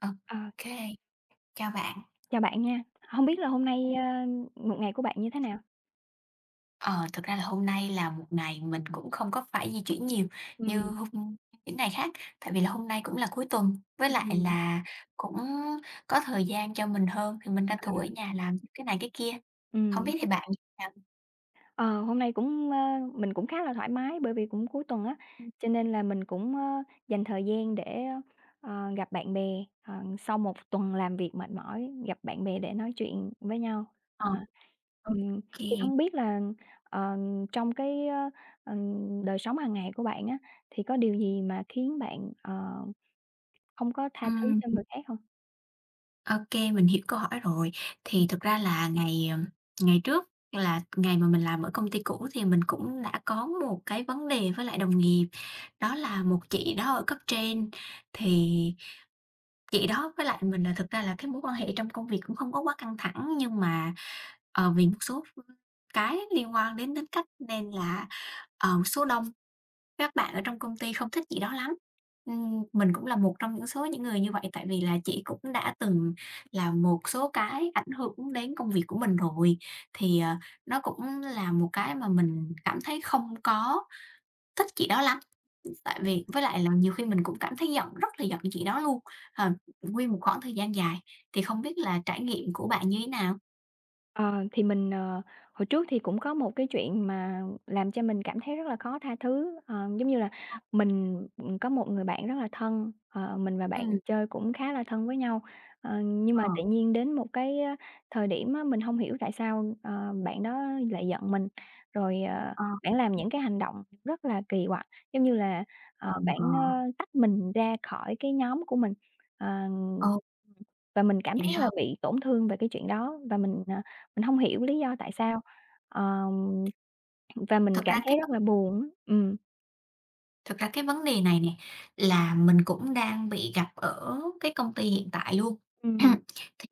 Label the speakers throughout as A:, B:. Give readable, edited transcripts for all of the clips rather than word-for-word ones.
A: OK,
B: À,
A: chào bạn.
B: chào bạn nha. Không biết là hôm nay, một ngày của bạn như thế nào?
A: Ờ, Thực ra là hôm nay là một ngày mình cũng không có phải di chuyển nhiều như
B: Ừm,
A: những ngày khác, tại vì là hôm nay cũng là cuối tuần, với lại
B: ừm,
A: là cũng có thời gian cho mình hơn thì mình tranh thủ
B: à,
A: ở nhà làm cái này cái kia. Không
B: ừm.
A: biết thì bạn như thế nào?
B: Ờ, hôm nay cũng, mình cũng khá là thoải mái bởi vì cũng cuối tuần á,
A: Ừm,
B: cho nên là mình cũng, dành thời gian để, gặp bạn bè, sau một tuần làm việc mệt mỏi, gặp bạn bè để nói chuyện với nhau.
A: ờ,
B: Ờ,
A: ok,
B: ừm, thì
A: ừ.
B: không biết là, ờ, trong đời sống hàng ngày của bạn á, thì có điều gì mà khiến bạn, không có tha thứ cho người khác không?
A: OK, mình hiểu câu hỏi rồi. Thì thực ra là ngày trước là ngày mà mình làm ở công ty cũ thì mình cũng đã có một cái vấn đề với lại đồng nghiệp, đó là một chị đó ở cấp trên. Thì chị đó với lại mình là thực ra là cái mối quan hệ trong công việc cũng không có quá căng thẳng, nhưng mà, vì một số cái liên quan đến tính cách nên là, số đông các bạn ở trong công ty không thích chị đó lắm. Mình cũng là một trong những người như vậy, tại vì là chị cũng đã từng là một số cái ảnh hưởng đến công việc của mình rồi. Thì, nó cũng là một cái mà mình cảm thấy không có thích chị đó lắm, tại vì với lại là nhiều khi mình cũng cảm thấy giận rất là giận chị đó luôn, ờ, nguyên một khoảng thời gian dài. Thì không biết là trải nghiệm của bạn như thế nào?
B: Ờ, thì mình, hồi trước thì cũng có một cái chuyện mà làm cho mình cảm thấy rất là khó tha thứ, giống như là mình, có một người bạn rất là thân, mình và bạn
A: Ừm,
B: chơi cũng khá là thân với nhau, nhưng
A: ờ,
B: mà tự nhiên đến một cái, thời điểm á, mình không hiểu tại sao, bạn đó lại giận mình, rồi,
A: ờ,
B: bạn làm những cái hành động rất là kỳ quặc, giống như là, bạn,
A: ờ,
B: tách mình ra khỏi cái nhóm của mình, ờ,
A: ồ,
B: và mình cảm
A: vậy
B: thấy là
A: hả?
B: bị tổn thương về cái chuyện đó và mình hông hiểu lý do tại sao, ờm, và mình
A: Thực
B: cảm
A: ra
B: thấy
A: cái
B: rất là buồn á.
A: Thực ra cái vấn đề này nè là mình cũng đang bị gặp ở cái công ty hiện tại luôn.
B: Ừm.
A: Thì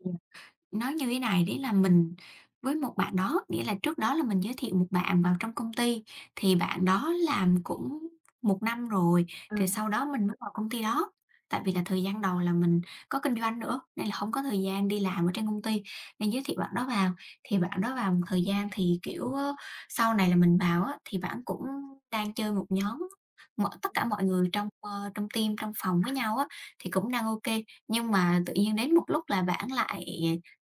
A: Nói như thế này, đấy là mình với một bạn đó, nghĩa là trước đó là mình giới thiệu một bạn vào trong công ty, thì bạn đó làm cũng một năm rồi,
B: Ờ.
A: rồi sau đó mình mới vào công ty đó. Tại vì là thời gian đầu là mình có kinh doanh nữa, nên là không có thời gian đi làm ở trên công ty, nên giới thiệu bạn đó vào. Thì bạn đó vào một thời gian thì, kiểu, sau này là mình vào á, thì bạn cũng đang chơi một nhóm, tất cả mọi người trong, trong team, trong phòng với nhau á, thì cũng đang ok. Nhưng mà tự nhiên đến một lúc là bạn lại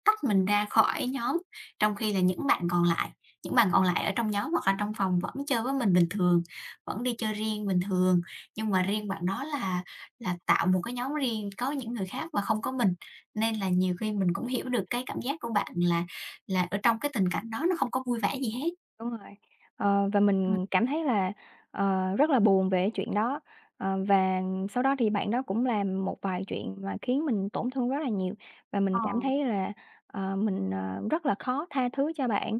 A: tách mình ra khỏi nhóm, trong khi là những bạn còn lại ở trong nhóm hoặc là trong phòng vẫn chơi với mình bình thường, vẫn đi chơi riêng bình thường. Nhưng mà riêng bạn đó là tạo một cái nhóm riêng có những người khác và không có mình, nên là nhiều khi mình cũng hiểu được cái cảm giác của bạn là ở trong cái tình cảnh đó nó không có vui vẻ gì hết.
B: Đúng rồi. Và
A: Ừm,
B: mình cảm thấy là, rất là buồn về chuyện đó. Và sau đó thì bạn đó cũng làm một vài chuyện mà khiến mình tổn thương rất là nhiều, và
A: ờ,
B: mình cảm thấy là, mình, rất là khó tha thứ cho bạn.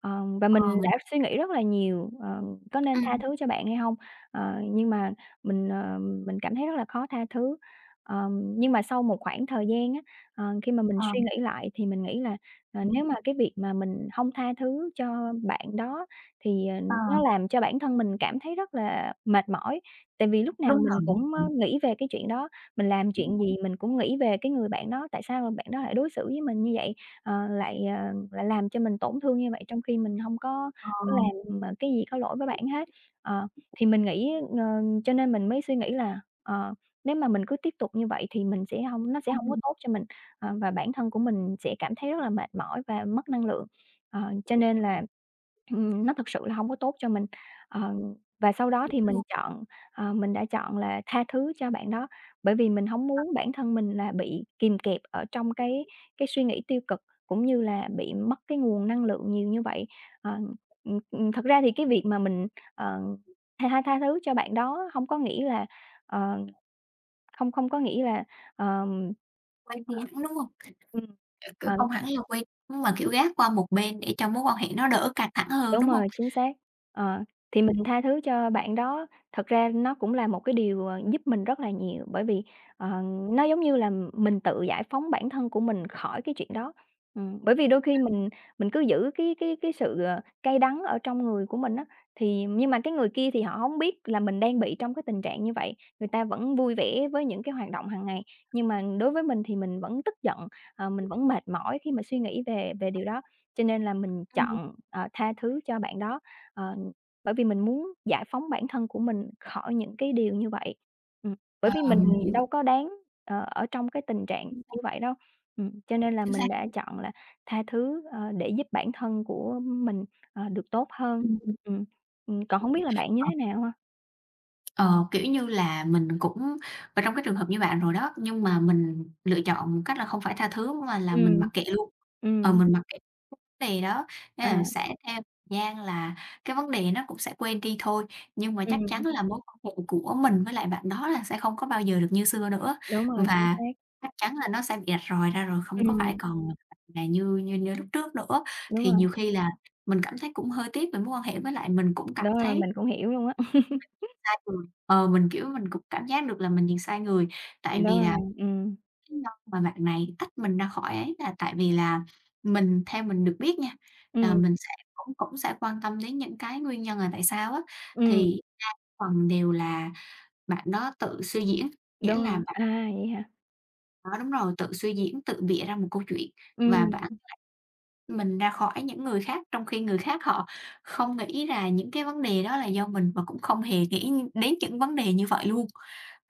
B: Và
A: ờ,
B: mình
A: mình
B: đã suy nghĩ rất là nhiều, có nên tha
A: ừm,
B: thứ cho bạn hay không? Nhưng mà mình, mình cảm thấy rất là khó tha thứ. Nhưng mà sau một khoảng thời gian á, khi mà mình
A: ờ,
B: suy nghĩ lại thì mình nghĩ là,
A: ừm,
B: nếu mà cái việc mà mình hông tha thứ cho bạn đó thì,
A: ờ,
B: nó làm cho bản thân mình cảm thấy rất là mệt mỏi, tại vì lúc
A: đúng
B: nào mình
A: rồi, đúng
B: cũng,
A: rồi.
B: nghĩ về cái chuyện đó, mình làm chuyện gì mình cũng nghĩ về cái người bạn đó, tại sao bạn đó lại đối xử với mình như vậy, lại làm cho mình tổn thương như vậy trong khi mình hông có
A: Ờ,
B: có làm, cái gì có lỗi với bạn hết. Ờ, thì mình nghĩ, ờ, cho nên mình mới suy nghĩ là, nếu mà mình cứ tiếp tục như vậy thì mình sẽ hông nó sẽ hông có
A: ừm,
B: tốt cho mình. Và bản thân của mình sẽ cảm thấy rất là mệt mỏi và mất năng lượng. Cho nên là, nó thực sự là không có tốt cho mình. Ờ, và sau đó
A: hiểu
B: thì
A: luôn,
B: mình đã chọn là tha thứ cho bạn đó, bởi vì mình không muốn bản thân mình là bị kìm kẹp ở trong cái suy nghĩ tiêu cực, cũng như là bị mất cái nguồn năng lượng nhiều như vậy. Ờ, thật ra thì cái việc mà mình, ờ, tha tha thứ cho bạn đó không có nghĩa là, ờ, không không có nghĩa là, ờm.
A: quay đi hẳn, đúng hông?
B: Ừm,
A: Kiểu kiểu,
B: ờ,
A: không hẳn là quên, nhưng mà, kiểu, gác qua một bên để cho mối quan hệ nó đỡ căng thẳng hơn,
B: đúng
A: đúng hông?
B: rồi, chính xác. Ờ, thì mình tha thứ cho bạn đó, thật ra nó cũng là một cái điều, giúp mình rất là nhiều, bởi vì, ờ, nó giống như là mình tự giải phóng bản thân của mình khỏi cái chuyện đó. Bởi vì đôi khi mình cứ giữ cái sự, cay đắng ở trong người của mình á, thì nhưng mà cái người kia thì họ hổng biết là mình đang bị trong cái tình trạng như vậy, người ta vẫn vui vẻ với những cái hoạt động hàng ngày, nhưng mà đối với mình thì mình vẫn tức giận, mình vẫn mệt mỏi khi mà suy nghĩ về về điều đó. Cho nên là mình
A: Ừm,
B: chọn, tha thứ cho bạn đó, ờ, bởi vì mình muốn giải phóng bản thân của mình khỏi những cái điều như vậy. Ừm, bởi vì
A: ờ,
B: mình
A: mình hiểu,
B: đâu có đáng, ở trong cái tình trạng
A: chính xác,
B: như vậy đâu. Cho nên là
A: chính xác.
B: mình đã chọn là tha thứ, để giúp bản thân của mình, được tốt hơn.
A: Ừm, ừm,
B: Ừm, còn không biết
A: hiểu.
B: là bạn như
A: Ờ,
B: thế nào ha?
A: ờ, kiểu như là, mình cũng và trong cái trường hợp như bạn rồi đó, nhưng mà mình lựa chọn một cách là không phải tha thứ mà là mình
B: Ừm,
A: mặc kệ luôn. Ờ,
B: ừm,
A: mình mặc Thì đó,
B: à,
A: nên là sẽ theo thời gian là cái vấn đề nó cũng sẽ quên đi thôi, nhưng mà chắc chắn
B: ừm,
A: là mối quan hệ của mình với lại bạn đó là sẽ không có bao giờ được như xưa nữa.
B: đúng rồi, chính
A: Và
B: xác.
A: chắc chắn là nó sẽ bị rạch ròi ra rồi, không có phải
B: Ừm,
A: còn là như như như lúc trước nữa.
B: đúng
A: Thì
B: rồi,
A: nhiều khi là mình cảm thấy cũng hơi tiếc về mối quan hệ, với lại mình cũng cảm
B: đúng rồi,
A: thấy
B: mình cũng hiểu luôn á.
A: sai người, mình, kiểu, mình cũng cảm giác được là mình nhìn sai người, tại
B: Đúng
A: vì là
B: rồi, ừm,
A: lý do mà bạn này tách mình ra khỏi ấy là tại vì là mình theo mình được biết nha, là
B: ừm,
A: mình sẽ cũng cũng sẽ quan tâm đến những cái nguyên nhân là tại sao á,
B: ừm.
A: thì phần đều là bạn đó tự suy diễn, nghĩa
B: Đúng
A: là
B: rồi,
A: bạn
B: à, vậy hả?
A: đó đúng rồi, tự suy diễn, tự bịa ra một câu chuyện và bạn
B: Ừm,
A: lại mình ra khỏi những người khác, trong khi người khác họ không nghĩ là những cái vấn đề đó là do mình và cũng không hề nghĩ đến những vấn đề như vậy luôn.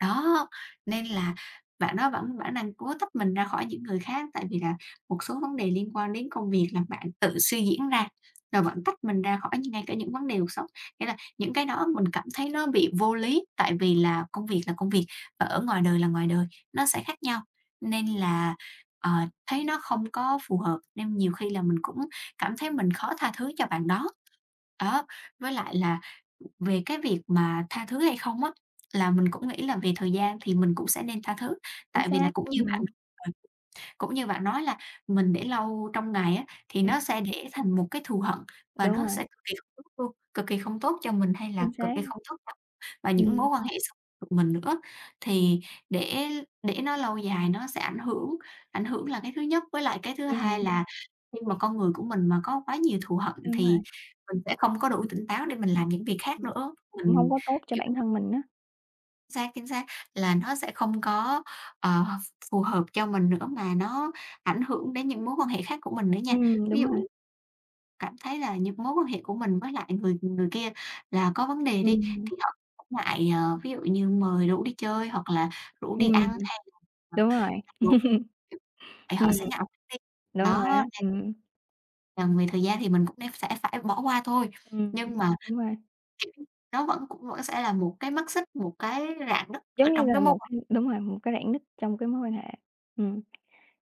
A: Đó, nên là bạn đó vẫn bản năng cố tách mình ra khỏi những người khác, tại vì là một số vấn đề liên quan đến công việc là bạn tự suy diễn ra, rồi bạn tách mình ra khỏi ngay cả những vấn đề cuộc sống. Nghĩa là những cái đó mình cảm thấy nó bị vô lý, tại vì là công việc, và ở ngoài đời là ngoài đời, nó sẽ khác nhau, nên là, ờ, thấy nó không có phù hợp, nên nhiều khi là mình cũng cảm thấy mình khó tha thứ cho bạn đó. Đó, với lại là về cái việc mà tha thứ hay không á, là mình cũng nghĩ là về thời gian thì mình cũng sẽ nên tha thứ,
B: chính
A: tại vì là
B: xác,
A: ờ, cũng như bạn nói là mình để lâu trong ngày á, thì
B: ừm,
A: nó sẽ để thành một cái thù hận và
B: đúng
A: nó
B: rồi,
A: sẽ cực kỳ không tốt luôn, cực kỳ không tốt cho mình hay là
B: chính
A: cực
B: xác,
A: kỳ không tốt cho và những mối
B: ừm,
A: quan hệ sau của mình nữa. Thì để để nó lâu dài nó sẽ ảnh hưởng là cái thứ nhất, với lại cái thứ hai
B: ừm,
A: là khi mà con người của mình mà có quá nhiều thù hận
B: đúng rồi,
A: thì mình sẽ không có đủ tỉnh táo để mình làm những việc khác
B: ừm,
A: nữa.
B: cũng hông
A: Mình,
B: có tốt cho
A: kiểu
B: bản thân mình á.
A: xác, chính xác, là nó sẽ không có, ờ, phù hợp cho mình nữa mà nó ảnh hưởng đến những mối quan hệ khác của mình nữa nha. Ví
B: Đúng
A: dụ
B: rồi,
A: như cảm thấy là những mối quan hệ của mình với lại người người kia là có vấn đề đi,
B: ừm,
A: thì họ cũng ngại, ví dụ như mời rủ đi chơi hoặc là rủ đi ăn
B: ừm,
A: hay là
B: đúng rồi,
A: vậy họ sẽ
B: ừm,
A: ngại đi.
B: đúng rồi
A: Đó,
B: á,
A: nên là về thời gian thì mình cũng nên sẽ phải bỏ qua thôi.
B: ừm,
A: Nhưng mà,
B: đúng rồi,
A: kiểu, nó vẫn vẫn sẽ là một cái mắt xích, một cái rạn nứt ở
B: giống như
A: trong cái
B: là
A: mối
B: một
A: quan hệ.
B: cái đúng rồi, một cái rạn nứt trong cái mối quan hệ, ừm.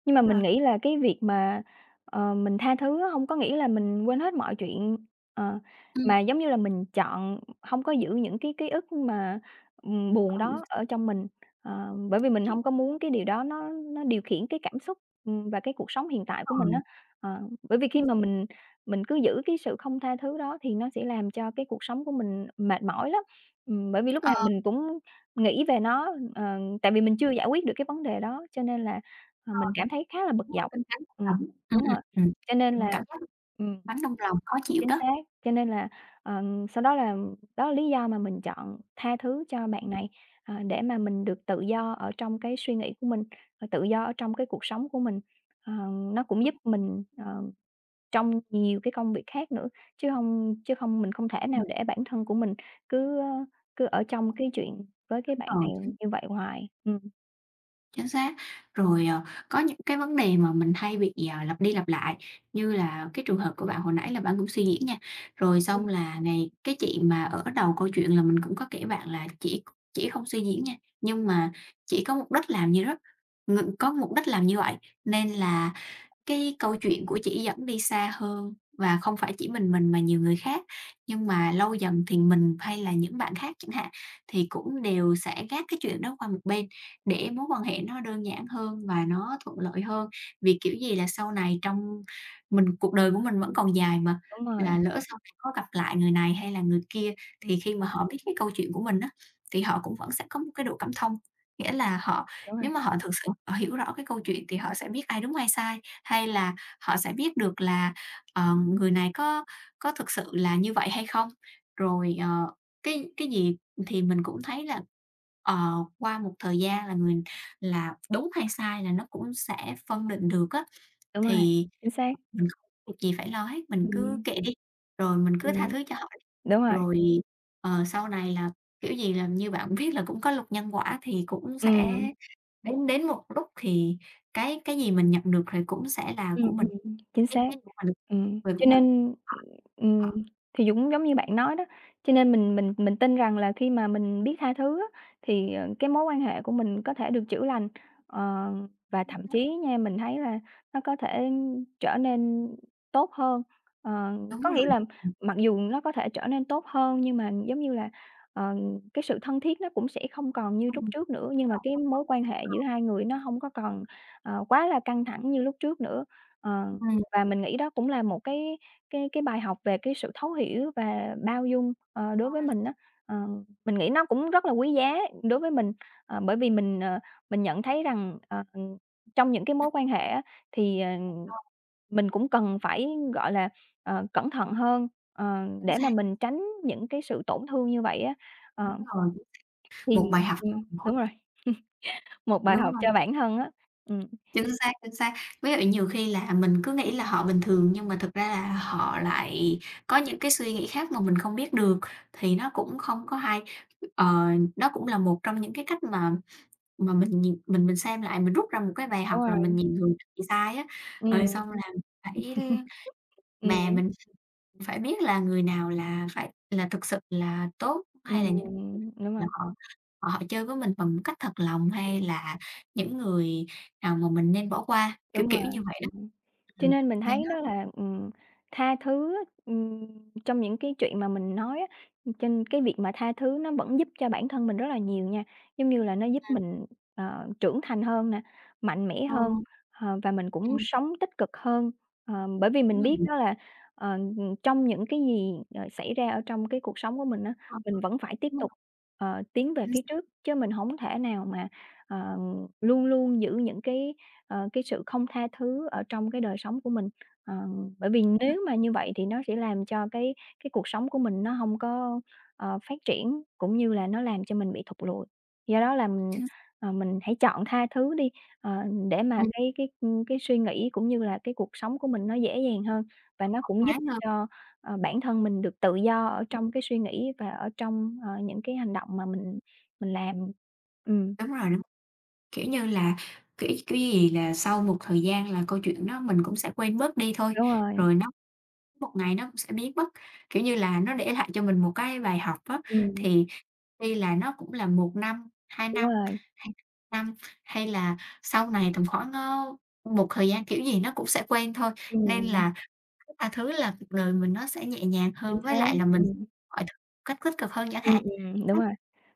B: Nhưng mà
A: Đúng rồi.
B: mình nghĩ là cái việc mà, mình tha thứ á, hông có nghĩa là mình quên hết mọi chuyện, ờ, mà giống như là mình chọn không có giữ những cái ký ức mà, buồn
A: Ờ,
B: đó ở trong mình, bởi vì mình
A: chỉ
B: không có muốn cái điều đó nó điều khiển cái cảm xúc, và cái cuộc sống hiện tại của mình
A: còn
B: á. Ờ, bởi vì khi
A: chính
B: mà
A: xác.
B: mình cứ giữ cái sự không tha thứ đó thì nó sẽ làm cho cái cuộc sống của mình mệt mỏi lắm, bởi vì lúc
A: Ờ,
B: nào mình cũng nghĩ về nó, tại vì mình chưa giải quyết được cái vấn đề đó, cho nên là mình
A: còn
B: cảm thấy khá là bực
A: đúng rồi,
B: dọc.
A: canh cánh một
B: Ừm,
A: lần. Ừm,
B: đúng
A: ừm,
B: rồi,
A: ừm,
B: cho nên là
A: cảm giác
B: ừm.
A: cánh trong lòng khó chịu
B: Chính
A: đó.
B: xác, cho nên là, ờ, sau đó là lý do mà mình chọn tha thứ cho bạn này, để mà mình được tự do ở trong cái suy nghĩ của mình, tự do ở trong cái cuộc sống của mình. Ờ, nó cũng giúp mình, trong nhiều cái công việc khác nữa, chứ không mình không thể nào
A: Ừm.
B: để bản thân của mình cứ, cứ ở trong cái chuyện với cái bạn
A: Ờ,
B: này
A: chính
B: như vậy hoài.
A: chính xác. Rồi, có những cái vấn đề mà mình hay bị, à, lặp đi lặp lại, như là cái trường hợp của bạn hồi nãy là bạn cũng suy diễn nha, rồi xong
B: Ừm.
A: là ngày cái chị mà ở đầu câu chuyện là mình cũng có kể bạn là chỉ không suy diễn nha, nhưng mà chỉ có mục đích làm như đó, ng có mục đích làm như vậy nên là cái câu chuyện của chị dẫn đi xa hơn và không phải chỉ mình mà nhiều người khác, nhưng mà lâu dần thì mình hay là những bạn khác chẳng hạn, thì cũng đều sẽ gác cái chuyện đó qua một bên để mối quan hệ nó đơn giản hơn và nó thuận lợi hơn. Vì kiểu gì là sau này trong mình cuộc đời của mình vẫn còn dài mà,
B: Đúng rồi,
A: là lỡ sau này có gặp lại người này hay là người kia
B: ừm,
A: thì khi mà họ biết cái câu chuyện của mình á, thì họ cũng vẫn sẽ có một cái độ cảm thông. Nghĩa là họ
B: đúng rồi.
A: nếu mà họ thực sự họ hiểu rõ cái câu chuyện thì họ sẽ biết ai đúng ai sai. Hay là họ sẽ biết được là, người này có thực sự là như vậy hay không? Rồi, cái gì thì mình cũng thấy là, qua một thời gian là người là đúng hay sai là nó cũng sẽ phân định được á.
B: Đúng rồi,
A: Thì
B: chính xác.
A: mình không việc gì phải lo hết, mình cứ
B: Ừm,
A: kệ đi, rồi mình cứ tha
B: ừm,
A: thứ cho họ đi.
B: đúng rồi,
A: Rồi, sau này là, kiểu gì là, như bạn biết là cũng có luật nhân quả thì cũng sẽ
B: ừm.
A: đến đến một lúc thì cái gì mình nhận được thì cũng sẽ là của
B: Ừm, ừm,
A: mình,
B: chính xác.
A: cái của mình về của
B: Cho
A: mình.
B: nên,
A: Họ
B: ừm,
A: họ
B: thì Dũng giống như bạn nói đó, cho nên mình tin rằng là khi mà mình biết tha thứ á, thì, cái mối quan hệ của mình có thể được chữa lành. Ờ, và thậm chí nha, mình thấy là nó có thể trở nên tốt hơn. Ờ,
A: đúng
B: có nghĩa
A: rồi,
B: là
A: ừm,
B: mặc dù nó có thể trở nên tốt hơn nhưng mà, giống như là, ờ, cái sự thân thiết nó cũng sẽ không còn như lúc
A: ừm,
B: trước nữa, nhưng mà
A: đúng
B: cái mối quan hệ giữa hai người nó hông có còn, quá là căng thẳng như lúc trước nữa. Ờ,
A: rồi,
B: và mình nghĩ đó cũng là một cái bài học về cái sự thấu hiểu và bao dung,
A: chắc
B: đối
A: chắn
B: với
A: là
B: mình
A: sẽ
B: á. Ờ, mình nghĩ nó cũng rất là quý giá đối với mình, bởi vì mình, mình nhận thấy rằng, trong những cái
A: ừm, ừm,
B: mối quan hệ á, thì,
A: rồi,
B: mình cũng cần phải, gọi là, cẩn thận hơn,
A: chính
B: để mà
A: xác,
B: mình tránh những cái sự tổn thương như vậy á.
A: đúng
B: Ờ,
A: rồi, một
B: thì
A: bài học cho mình.
B: đúng rồi, một bài
A: Đúng
B: học cho bản thân á. Ừm,
A: chính xác, chính xác. Ví dụ nhiều khi là mình cứ nghĩ là họ bình thường nhưng mà thực ra là họ lại có những cái suy nghĩ khác mà mình không biết được, thì nó cũng không có hay. Ờ, đó cũng là một trong những cái cách mà mình nhìn mình xem lại, mình rút ra một cái bài học
B: đúng
A: là mình
B: rồi,
A: nhìn người khác bị sai á, rồi
B: ừm,
A: xong là phải bà
B: ừm,
A: mình phải biết là người nào là phải là thực sự là tốt hay là những người
B: ừm, đúng
A: là
B: rồi.
A: họ họ họ chơi với mình bằng một cách thật lòng, hay là những người nào mà mình nên bỏ qua,
B: Đúng rồi,
A: kiểu như vậy đó.
B: ừm. Cho
A: Ừm,
B: nên mình
A: nên
B: thấy đó
A: đó
B: là, tha thứ á, trong những cái chuyện mà mình nói á, trên cái việc mà tha thứ nó vẫn giúp cho bản thân mình rất là nhiều nha. Giống như là nó giúp
A: là
B: mình, trưởng thành hơn nè, mạnh mẽ
A: ờ,
B: hơn, và mình cũng
A: ừm,
B: sống tích cực hơn. Bởi vì
A: đúng
B: mình biết
A: rồi,
B: đó là, ờ, trong những cái gì, xảy ra ở trong cái cuộc sống của mình á,
A: ờ,
B: mình vẫn phải tiếp
A: đúng rồi,
B: tục, tiến về
A: chính
B: phía
A: xác,
B: trước, chứ mình hổng thể nào mà, ờ, luôn luôn giữ những cái cái sự không tha thứ ở trong cái đời sống của mình. Ờ, bởi vì nếu mà như vậy thì nó sẽ làm cho cái cuộc sống của mình nó không có, phát triển, cũng như là nó làm cho mình bị thụt lùi. Do đó là mình,
A: chính xác,
B: mình hãy chọn tha thứ đi, ờ, để mà
A: ừm,
B: cái suy nghĩ cũng như là cái cuộc sống của mình nó dễ dàng hơn và nó cũng giúp
A: thoáng hơn.
B: cho, bản thân mình được tự do ở
A: Ừm,
B: trong cái suy nghĩ và ở trong, những cái hành động mà mình làm. Ừm,
A: đúng rồi, đúng, kiểu như là, kiểu gì là sau một thời gian là câu chuyện đó mình cũng sẽ quên bớt đi thôi,
B: đúng rồi,
A: rồi nó một ngày nó cũng sẽ biến mất. Kiểu như là, nó để lại cho mình một cái bài học á,
B: ừm,
A: thì tuy là nó cũng là một năm, 2
B: đúng rồi,
A: hay năm, hay là sau này tầm khoảng, một thời gian, kiểu gì, nó cũng sẽ quen thôi, nên
B: ừm.
A: là cứ tha thứ là cuộc đời mình nó sẽ nhẹ nhàng
B: Chính
A: hơn, với
B: xác,
A: lại là mình
B: ừm,
A: mọi thứ cách tích cực hơn chẳng hạn. Nó
B: đúng.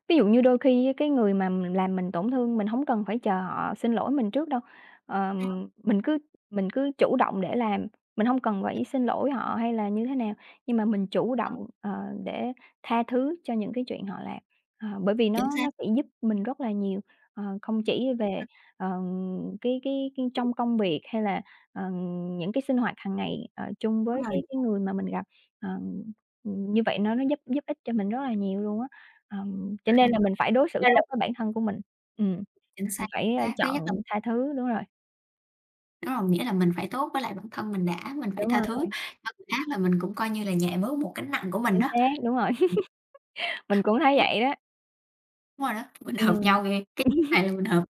B: Ví dụ như đôi khi á cái người mà mình làm mình tổn thương, mình hổng cần phải chờ họ xin lỗi mình trước đâu, ờm, mình cứ mình cứ chủ động để làm, mình hông cần phải xin lỗi họ hay là như thế nào, nhưng mà mình chủ động, để tha thứ cho những cái chuyện họ làm, bởi vì
A: chính
B: nó
A: xác,
B: nó sẽ giúp mình rất là nhiều, không chỉ về,
A: ừm,
B: ờ, cái trong công việc hay là, ờ, những cái sinh hoạt hàng ngày, chung
A: đúng
B: với
A: rồi,
B: cái người mà mình gặp. Ờ, như vậy nó giúp giúp ích cho mình rất là nhiều luôn á, ờ. Cho
A: ừm,
B: nên là mình phải đối xử
A: nên là
B: tốt với bản thân của mình. Ừm,
A: chính xác,
B: mình phải, a,
A: xác. Thứ nhất là
B: chọn tha thứ,
A: đúng rồi, nghĩa là mình phải tốt với lại bản thân mình đã, mình phải
B: đúng
A: tha
B: rồi,
A: thứ cho người khác là mình cũng coi như là nhẹ bớt một gánh nặng của mình
B: chính
A: đó.
B: xác, đúng rồi,
A: Ừm,
B: mình cũng thấy vậy đó.
A: đúng rồi đó, mình hợp
B: Ừm,
A: nhau ghê, cái này là mình hợp.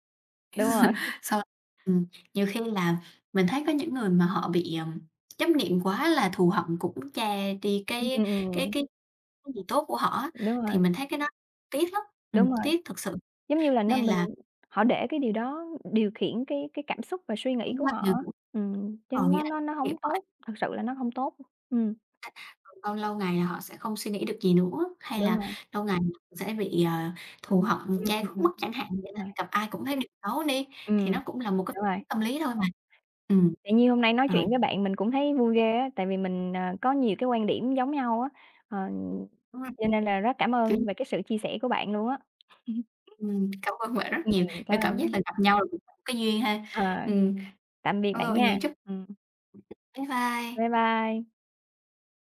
B: đúng rồi,
A: Sau ừm, nhiều khi là mình thấy có những người mà họ bị, chấp niệm quá là thù hận cũng che đi
B: ừm, ừm,
A: cái
B: ừm,
A: cái cái gì tốt của họ á,
B: đúng
A: thì
B: rồi,
A: mình thấy cái đó tiếc lắm,
B: đúng rồi,
A: tiếc thực sự.
B: giống như là nó
A: Nên
B: mình
A: là
B: họ để cái điều đó điều khiển cái cảm xúc và suy nghĩ
A: ánh
B: của
A: mắt
B: họ
A: nào
B: á,
A: cũng
B: cho
A: còn
B: nên
A: nghĩa
B: nó
A: nghĩ
B: hổng
A: vậy
B: tốt, thật sự là nó hông tốt. Ừm,
A: còn lâu lâu ngày là họ sẽ không suy nghĩ được gì nữa, hay
B: đúng
A: là
B: rồi,
A: lâu ngày sẽ bị, thù hận
B: ừm,
A: che
B: ừm,
A: khuất
B: ừm,
A: mất chẳng hạn, nghĩa
B: đúng
A: là
B: rồi,
A: gặp ai cũng thấy điều xấu đi, thì
B: ừm,
A: nó cũng là một cái
B: đúng rồi.
A: tâm lý thôi
B: Ờ.
A: mà. Ừm.
B: Tự nhiên hôm nay nói
A: Rồi,
B: chuyện với bạn mình cũng thấy vui ghê á, tại vì mình, có nhiều cái quan điểm giống nhau á, ờ,
A: đúng rồi,
B: cho nên là rất cảm
A: kiểu
B: ơn về cái sự chia sẻ của bạn luôn á.
A: ừm, cảm ơn bạn rất nhiều,
B: Ừm, cảm
A: cái cảm giác
B: ơn.
A: là gặp nhau là cũng có cái duyên ha.
B: Ờ,
A: Ừm,
B: tạm biệt
A: cảm
B: bạn
A: ơn bạn nhiều,
B: nha.
A: chúc
B: Ừm,
A: bye bye.
B: bye bye.